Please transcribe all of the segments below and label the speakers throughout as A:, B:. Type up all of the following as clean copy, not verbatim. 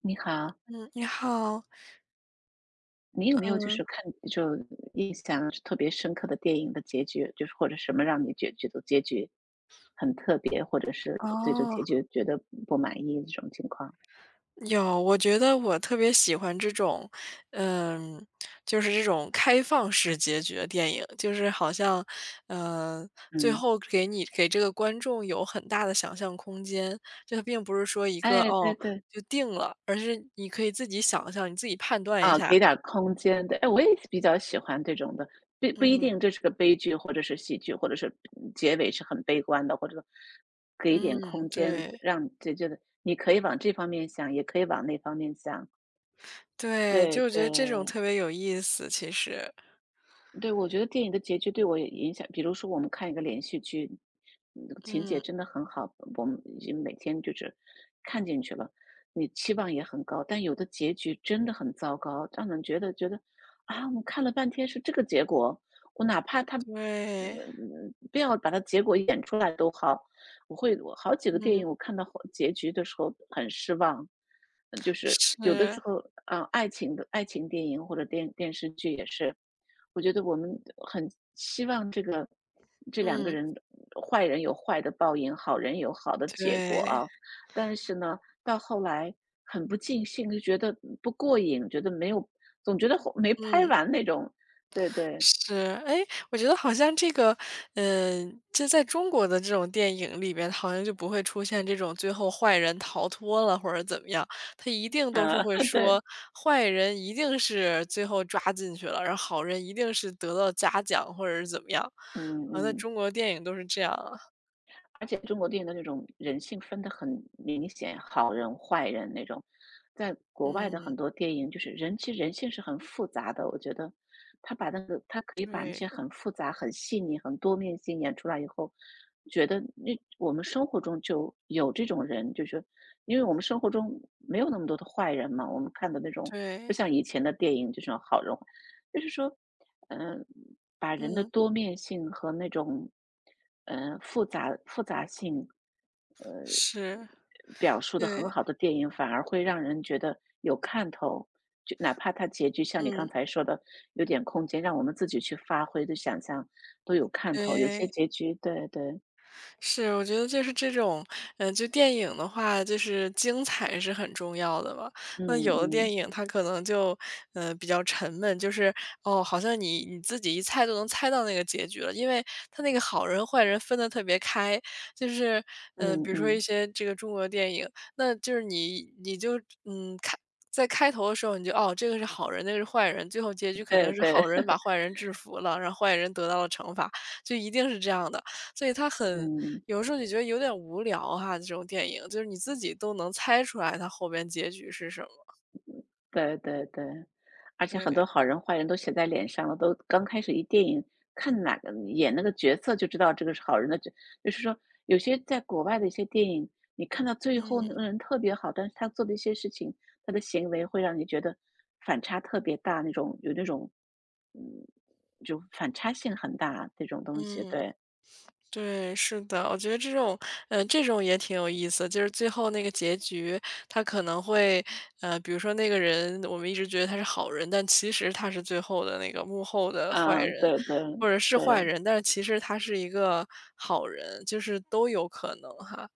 A: 你好，
B: 嗯，你好。
A: 你有没有就
B: 嗯。
A: 是就印象特别深刻的电影的结局，就是或者什么让你觉得结局很特别，或者是对这个
B: 哦，
A: 结局觉得不满意这种情况？
B: 有，我觉得我特别喜欢这种。嗯。就是这种开放式结局的电影，就是好像，嗯，最
A: 嗯，
B: 后给这个观众有很大的想象空间，就它并不是说一个
A: 哎，对对，
B: 就定了，而是你可以自己想象，你自己判断一
A: 啊，
B: 下。
A: 给点儿空间，对，哎，我也比较喜欢这种的，不不一
B: 嗯
A: 定这是个悲剧，或者是喜剧，或者是结尾是很悲观的，或者说给一
B: 嗯，
A: 点空间，
B: 对
A: 让这觉得你可以往这方面想，也可以往那方面想，
B: 对。
A: 对
B: 就我觉
A: 对。
B: 得这种特别有意思，其实。
A: 对，我觉得电影的结局对我也影响。比如说，我们看一个连续剧，那个情节
B: 嗯，
A: 真的很好，我们已经每天就是看进去了，你期望也很高，但有的结局真的很糟糕，让人觉得，啊，我们看了半天是这个结果，我哪怕他，
B: 对。
A: 不要把它结果演出来都好。我好几个电影
B: 嗯，
A: 我看到后结局的时候很失望。嗯，就是有的
B: 是。
A: 时候，啊，爱情电影或者电视剧也是，我觉得我们很希望这个这两个
B: 嗯。
A: 人，坏人有坏的报应，好人有好的结果
B: 对，
A: 啊，但是呢，到后来很不尽兴，就觉得不过瘾，觉得没有总觉得后没拍
B: 嗯，
A: 完那种，对对，
B: 是。哎，我觉得好像这个，这在中国的这种电影里边，好像就不会出现这种最后坏人逃脱了或者怎么样，他一定都是
A: 啊，
B: 会
A: 对，
B: 说，坏人一定是最后抓进去了，然后好人一定是得到嘉奖或者是怎么样。
A: 嗯
B: 好像在
A: 嗯。
B: 中国电影都是这样啊。
A: 而且中国电影的那种人性分得很明显，好人坏人那种，在国外的
B: 嗯，
A: 很多电影，就是人其实人性是很复杂的。我觉得他可以把那些
B: 对，
A: 很复杂、很细腻、很多面性演出来以后，觉得那我们生活中就有这种人，就是因为我们生活中没有那么多的坏人嘛，我们看的那种不
B: 对。
A: 像以前的电影，就是好人。就是说，嗯、把人的
B: 嗯，
A: 多面性和那种，复杂性
B: 是。
A: 表述得
B: 对，
A: 很好的电影，反而会让人觉得有看头。就哪怕它结局像你刚
B: 嗯，
A: 才说的，有点空间让我们自己去发挥的想象，都有看头。有些
B: 对。
A: 结局对对，
B: 是，我觉得就是这种，就电影的话，就是精彩是很重要的吧。
A: 嗯
B: 那有的
A: 嗯，
B: 电影它可能就，比较沉闷，就是哦，好像你自己一猜就能猜到那个结局了，因为它那个好人坏人分得特别开。就是，
A: 嗯
B: 比如说
A: 嗯，
B: 一些这个中国电影，那就是你就看。在开头的时候，你就哦，这个是好人，那个是坏人，最后结局肯
A: 对
B: 定是
A: 对，
B: 好人 把坏人制服了，让坏人得到了惩罚，就一定是这样的。所以
A: 嗯。
B: 有的时候你觉得有点无聊哈，这种电影，就是你自己都能猜出来它后边结局是什么。
A: 对对对。而且很多
B: 对，
A: 好人坏人都写在脸上了，都刚开始一电影看哪个演那个角色就知道这个是好人的就是说，有些在国外的一些电影，你看到最后那
B: 嗯
A: 个人特别好，但是他做的一些事情，他的行为会让你觉得反差特别大，有那种，嗯，就反差性很大这种东西，
B: 嗯。
A: 对，
B: 对，是的，我觉得这种也挺有意思，就是最后那个结局，他可能会，比如说那个人，我们一直觉得他是好人，但其实他是最后的那个幕后的坏
A: 嗯，
B: 人，
A: 对对
B: 或者是坏
A: 对。
B: 人，但是其实他是一个好人，就是都有可能哈。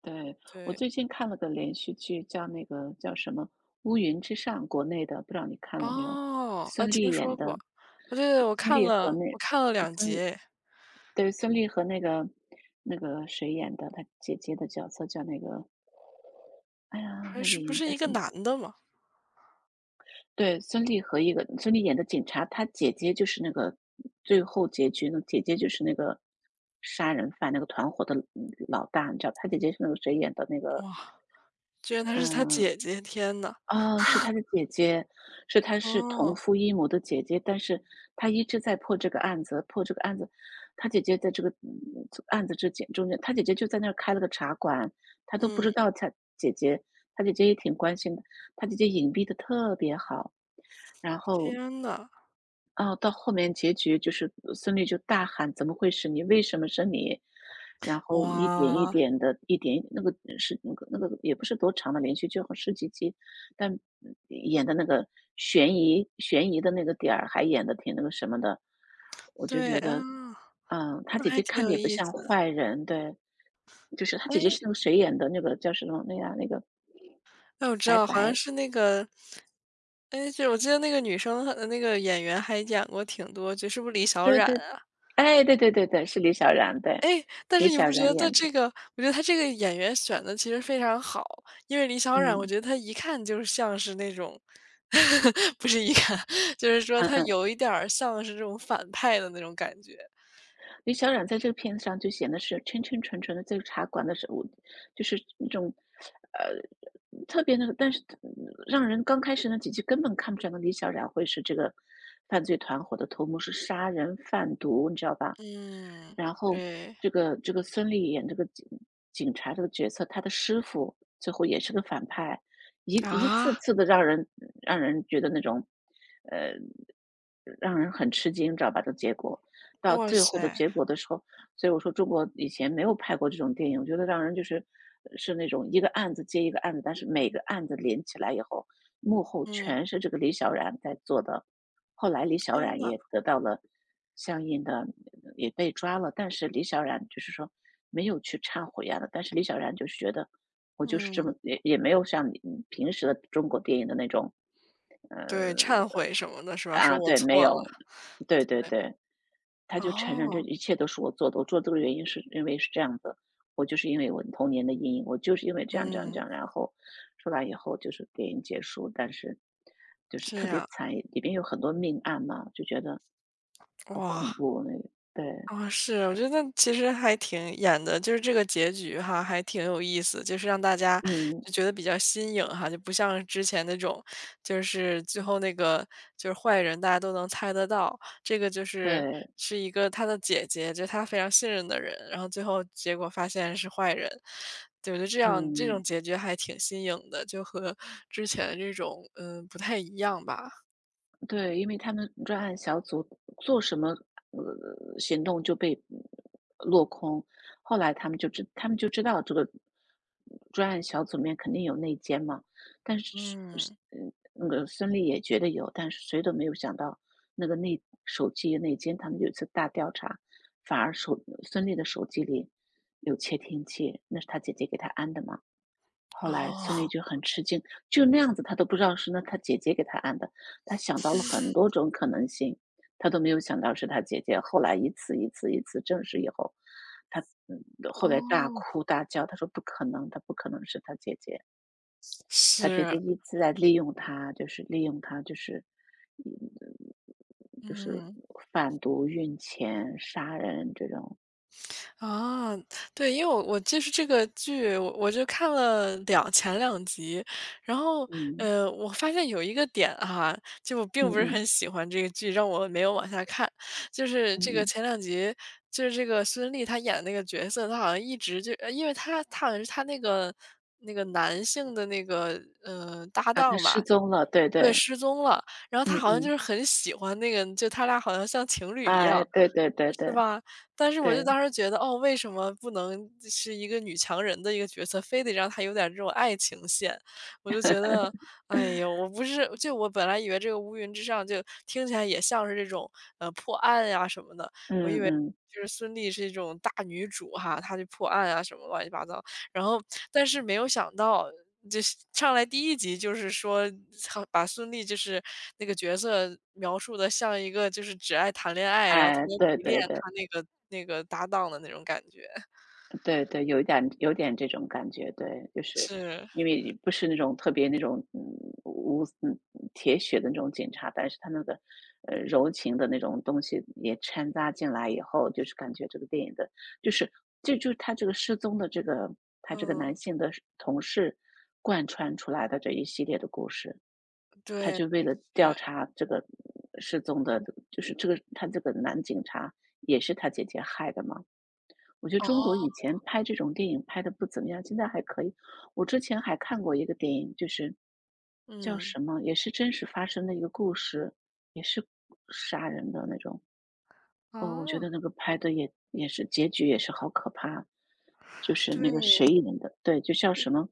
A: 对，我
B: 对。
A: 最近看了个连续剧，叫那个叫什么《乌云之上》，国内的，不知道你看了没有？
B: 哦。啊，
A: 孙
B: 听
A: 俪演
B: 说过。啊，
A: 的。
B: 对对，我
A: 孙
B: 看
A: 俪和
B: 了我
A: 那，
B: 看了两集哎。
A: 对，孙俪和那个谁演的，她姐姐的角色叫那个，哎呀，
B: 还
A: 那个
B: 是不
A: 演
B: 是
A: 叫
B: 一
A: 什
B: 个
A: 么？
B: 男的嘛？
A: 对，孙俪和一个孙俪演的警察。她姐姐就是那个最后结局呢，那姐姐就是那个杀人犯，那个团伙的老大。你知道，她姐姐是那个谁演的那个，
B: 哇，居然他是他
A: 嗯、
B: 姐姐，天呐。
A: 哦，是他的姐姐，是他是同
B: 哦。
A: 父异母的姐姐，但是他一直在破这个案子，破这个案子。他姐姐在这个案子中间，他姐姐就在那儿开了个茶馆，他都不
B: 嗯。
A: 知道他姐姐，他姐姐也挺关心的，他姐姐隐蔽的特别好。然后
B: 天呐。
A: 哦，到后面结局就是孙俪就大喊：“怎么会是你？为什么是你？”然后一点一
B: 哇，
A: 点的，一点那个是那个那个也不是多长的连续剧，好像十几集，但演的那个悬疑的那个点儿还演的挺那个什么的。我就
B: 对。
A: 觉
B: 啊，
A: 得，他
B: 那
A: 姐
B: 还
A: 姐
B: 挺
A: 看的
B: 有
A: 也不
B: 意
A: 像
B: 思。
A: 坏人，对。就是他姐姐
B: 哎。
A: 是那个谁演的，那个叫什么，那样那个
B: 哎，我知
A: 白
B: 道，好像
A: 白
B: 是那个。哎，就我记得那个女生，那个演员还演过挺多就是不是李小
A: 对
B: 冉
A: 对，
B: 啊？
A: 哎，对对对对，是李小冉，对，
B: 哎，但
A: 李
B: 是你
A: 小
B: 不觉
A: 冉
B: 得他
A: 演的，
B: 这个。我觉得他这个演员选的其实非常好，因为李小冉我
A: 嗯。
B: 觉得她一看就像是那种 不是一看，就是说
A: 嗯
B: 她
A: 嗯，
B: 有一点儿像是这种反派的那种感觉。
A: 李小冉在这个片子上就显得是清清纯纯的，在茶馆的时候，就是那种，呃，特别那个，但是让人刚开始那几集根本看不出来，李小冉会是这个犯罪团伙的头目，是杀人贩毒，你知道吧？
B: 嗯，
A: 然后
B: 对。
A: 这个孙俪演这个警察这个角色，她的师傅最后也是个反派，一一次
B: 啊？
A: 次的让人觉得那种，呃，让人很吃惊，知道吧？这结果到
B: 哇
A: 最后的
B: 塞。
A: 结果的时候，所以我说中国以前没有拍过这种电影，我觉得让人就是那种一个案子接一个案子，但是每个案子连起来以后，幕后
B: 嗯，
A: 全是这个李小冉在做的。后来李小
B: 天
A: 冉
B: 呐。
A: 也得到了相应的也被抓了，但是李小冉就是说没有去忏悔啊，但是李小冉就是觉得我就是这么
B: 嗯，
A: 也没有像你平时的中国电影的那种，呃，
B: 对，忏悔什么的是吧？说
A: 啊，
B: 我
A: 对，没
B: 错了。
A: 有，对对对。他就承认这
B: 哦。
A: 一切都是我做的，我做这个原因是因为是这样的，我就是因为我童年的阴影，我就是因为这样这样这
B: 嗯，
A: 样，然后出来以后就是电影结束，但是就是
B: 这
A: 特别
B: 样。
A: 惨，里边有很多命案嘛，就觉得好恐
B: 哇。
A: 怖那个，对，
B: 啊，是，我觉得其实还挺演的，就是这个结局哈，还挺有意思，就是让大家
A: 嗯，
B: 就觉得比较新颖哈，就不像之前那种，就是最后那个就是坏人，大家都能猜得到，这个就是
A: 对，
B: 是一个他的姐姐，就是他非常信任的人，然后最后结果发现是坏人。对，我觉得这样这种
A: 嗯，
B: 结局还挺新颖的，就和之前的这种不太一样吧。
A: 对，因为他们专案小组做什么，行动就被落空。后来他们就知道这个专案小组里面肯定有内奸嘛，但是
B: 嗯。
A: 那个孙俪也觉得有，但是谁都没有想到那个内手机内奸。他们有一次大调查，反而孙俪的手机里有窃听器，那是他姐姐给他安的嘛。后来孙俪
B: 哦。
A: 就很吃惊，就那样子她都不知道是她姐姐给她按的，她想到了很多种可能性，她都没有想到是她姐姐。后来一次一次一次证实以后，她嗯 后
B: 哦，
A: 来大哭大叫，她说不可能，她不可能是她姐姐，她姐姐
B: 是。
A: 一直在利用她，就是利用她，嗯就是
B: 嗯。
A: 贩毒、运钱、杀人这种，
B: 啊，对，因为我就是这个剧，我就看了前两集，然后
A: 嗯
B: 我发现有一个点哈，就我
A: 嗯
B: 并不是
A: 嗯
B: 很喜欢这个剧，让我没有往下看。就是
A: 嗯
B: 这个
A: 嗯，
B: 前两集，就是这个孙俪她演的那个角色，她好像一直就，因为她好像是她那个男性的那个搭
A: 啊，她
B: 档
A: 失
B: 吧。
A: 踪了，对
B: 对，
A: 对，
B: 失踪了，然后她
A: 嗯
B: 好像就
A: 嗯。
B: 是很喜欢那个，就他俩好像像情侣一
A: 哎，
B: 样。
A: 对对对
B: 是
A: 对
B: 吧？但是我就
A: 对，
B: 当时觉得，哦，为什么不能是一个女强人的一个角色，非得让她有点这种爱情线？我就觉得，哎呦，我不是，就我本来以为这个乌云之上就听起来也像是这种破案呀、什么的，我以
A: 嗯
B: 为
A: 嗯，
B: 就是孙俪是一种大女主哈，她去破案啊什么乱七八糟，然后但是没有想到，就是上来第一集就是说操把孙俪就是那个角色描述的像一个就是只爱谈恋爱，然后特
A: 哎，
B: 别
A: 对
B: 迷恋
A: 对对，
B: 她那个搭档的那种感觉。
A: 对对，有一点这种感觉，对，就是
B: 是。
A: 因为你不是那种特别那种嗯无嗯铁血的那种警察，但是他那个柔情的那种东西也掺杂进来以后，就是感觉这个电影的，就是这就是他这个失踪的这个他这个男
B: 嗯，
A: 性的同事贯穿出来的这一系列的故事，他
B: 对。
A: 就为了
B: 是。
A: 调查这个失踪的，就是这个他这个男警察也是他姐姐害的嘛。我觉得
B: 哦。
A: 中国以前拍这种电影拍的不怎么样，现在还可以。我之前还看过一个电影，就是叫
B: 嗯。
A: 什么，也是真实发生的一个故事，也是杀人的那种。哦，我觉
B: 哦，
A: 得那个拍的也是结局也是好可怕，就是那
B: 对。
A: 个谁演的，对，就叫什么，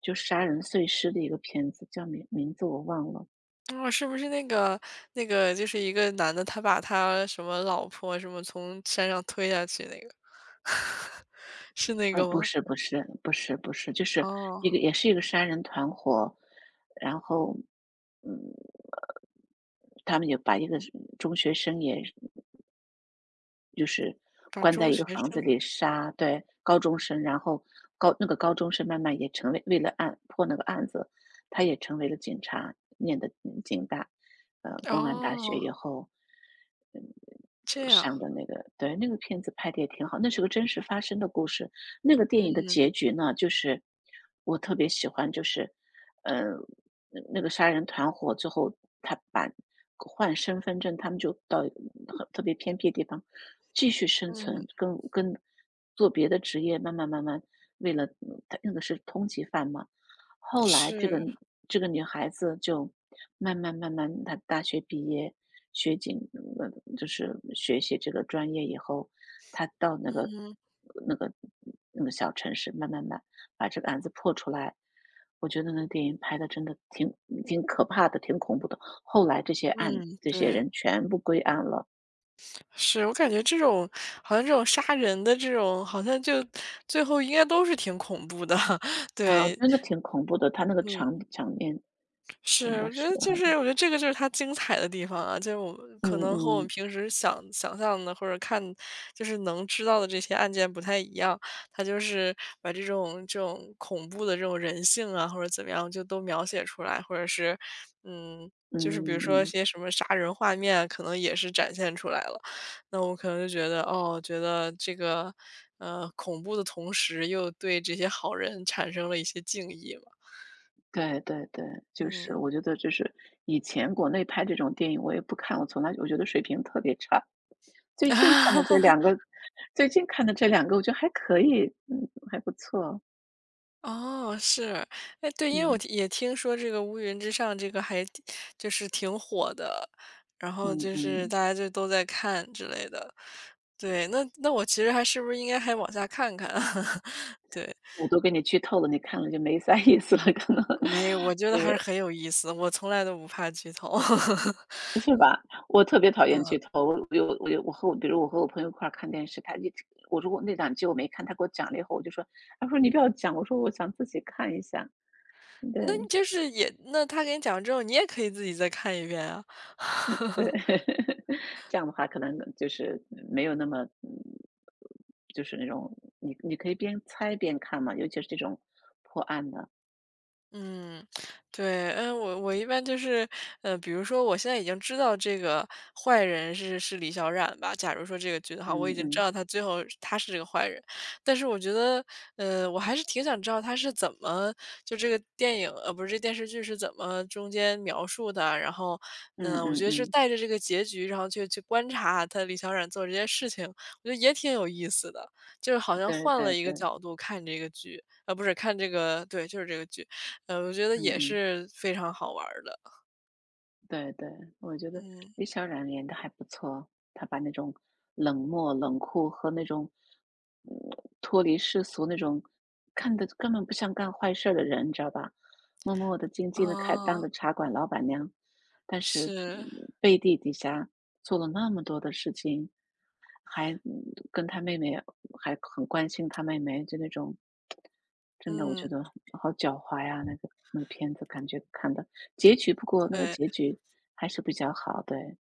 A: 就杀人碎尸的一个片子，叫名字我忘了。
B: 哦，是不是那个就是一个男的，他把他什么老婆什么从山上推下去那个？是那个
A: 不
B: 吗？
A: 是不是不是不是，就是
B: 哦，
A: 也是一个山人团伙，然后，嗯，他们就把一个中学生也就是
B: 把
A: 关在
B: 中
A: 一个
B: 学
A: 房子
B: 生。
A: 里杀。对，高中生。然后那个高中生慢慢也为了案破那个案子，他也成为了警察，念的警大，公安大学
B: 哦，
A: 以后，
B: 这样。
A: 上的那个。对，那个片子拍的也挺好，那是个真实发生的故事。那个电影的
B: 嗯
A: 结局呢，就是我特别喜欢，就是，呃那个杀人团伙最后他把换身份证，他们就到一个很特别偏僻的地方继续生
B: 嗯，
A: 存，跟做别的职业，慢慢慢慢为了他那个是通缉犯嘛。后来这个
B: 是。
A: 这个女孩子就慢慢慢慢，她大学毕业，学警，呃，就是学习这个专业以后，她到
B: 嗯
A: 那个那个小城市，慢慢慢把这个案子破出来。我觉得那电影拍的真的挺可怕的，挺恐怖的。后来
B: 嗯，
A: 这些
B: 对。
A: 人全部归案了。
B: 是，我感觉这种好像这种杀人的这种，好像就最后应该都是挺恐怖的。
A: 啊，
B: 对。
A: 真的挺恐怖的，他那个
B: 嗯。
A: 场面真
B: 是，
A: 的是。
B: 我觉得这个就是它精彩的地方啊，就是我们
A: 嗯
B: 可能和我们
A: 嗯
B: 平时想象的或者看就是能知道的这些案件不太一样，它就是把这种恐怖的这种人性啊，或者怎么样就都描写出来，或者是嗯，就是比如
A: 嗯
B: 说一
A: 嗯，
B: 些什么杀人画面啊，可能也是展现出来了。那我可能就觉得哦，觉得这个恐怖的同时，又对这些好人产生了一些敬意嘛。
A: 对对对，就是
B: 嗯。
A: 我觉得就是以前国内拍这种电影我也不看，我从来我觉得水平特别差。最近看的这两 个最近看的这两个我觉得还可以，还不错。
B: 哦，是。哎，对，因为我
A: 嗯
B: 听也听说这个乌云之上这个还挺就是挺火的，然后
A: 嗯
B: 就是
A: 嗯。
B: 大家就都在看之类的。对，那我其实还是不是应该还往下看看？对，
A: 我都给你剧透了，你看了就没啥意思了，可能，
B: 没有，我觉得还是很有意思，我从来都不怕剧透。
A: 是吧？我特别讨厌剧透，我和我比如我和我朋友一块儿看电视，他一直我如果那两集我没看，他给我讲了以后，我就说，他说："你不要讲。"我说："我想自己看一下。"对，
B: 那就是也那他给你讲之后，你也可以自己再看一遍啊。
A: 对，这样的话可能就是没有那么就是那种你可以边猜边看嘛，尤其是这种破案的。
B: 嗯，对。嗯，我一般就是，比如说我现在已经知道这个坏人是李小冉吧，假如说这个剧的话，我
A: 嗯
B: 已经知
A: 嗯，
B: 道他最后他是这个坏人，但是我觉得，我还是挺想知道他是怎么就这个电影，不是这电视剧是怎么中间描述的啊，然后，
A: 嗯
B: 我
A: 嗯
B: 觉得是
A: 嗯，
B: 带着这个结局，然后去观察他李小冉做这些事情，我觉得也挺有意思的，就是好像
A: 对
B: 换
A: 对
B: 了一个
A: 对，
B: 角度看这个剧，不是看这个，对，就是这个剧。我觉得
A: 嗯
B: 也
A: 嗯。
B: 是非常好玩儿的。
A: 对对，我觉得
B: 嗯。
A: 李小冉演的还不错，她把那种冷漠、冷酷和那种，嗯，脱离世俗那种，看的根本不像干坏事儿的人，你知道吧？默默的、静静的开当
B: 哦，
A: 着茶馆老板娘，但是，
B: 是。
A: 背地底下做了那么多的事情，还，嗯跟她妹妹还很关心她妹妹，就那种真的我觉
B: 嗯，
A: 得好狡猾呀，那个片子感觉看的。结局不过那个
B: 对。
A: 结局还是比较好。对，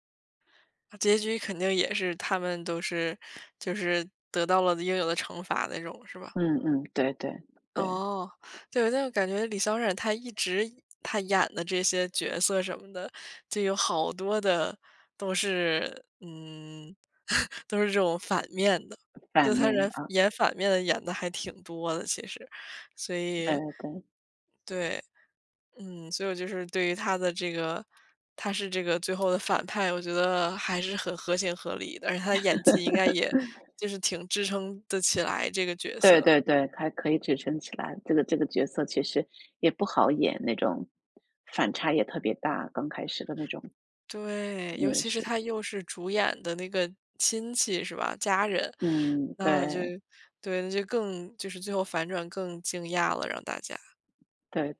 B: 结局肯定也是他们都是就是得到了应有的惩罚那种，是吧？
A: 嗯嗯，对对对，
B: 哦。对，但我感觉李小冉她一直她演的这些角色什么的，就有好多的都是都是这种反面的。
A: 反
B: 就她
A: 面
B: 人
A: 啊，
B: 演反面的演的还挺多的，其实，所
A: 对
B: 以
A: 对。
B: 对。嗯，所以我就是对于他的这个他是这个最后的反派，我觉得还是很合情合理的，而且他的演技应该也就是挺支撑得起来这个角
A: 对
B: 色。
A: 对对，还可以支撑起来。这个角色其实也不好演，那种反差也特别大，刚开始的那种，
B: 对，尤
A: 嗯，
B: 其是
A: 是，
B: 他又是主演的那个亲戚是吧？家人。
A: 嗯，
B: 那就
A: 对
B: 对。那就更就是最后反转更惊讶了，让大家。
A: 对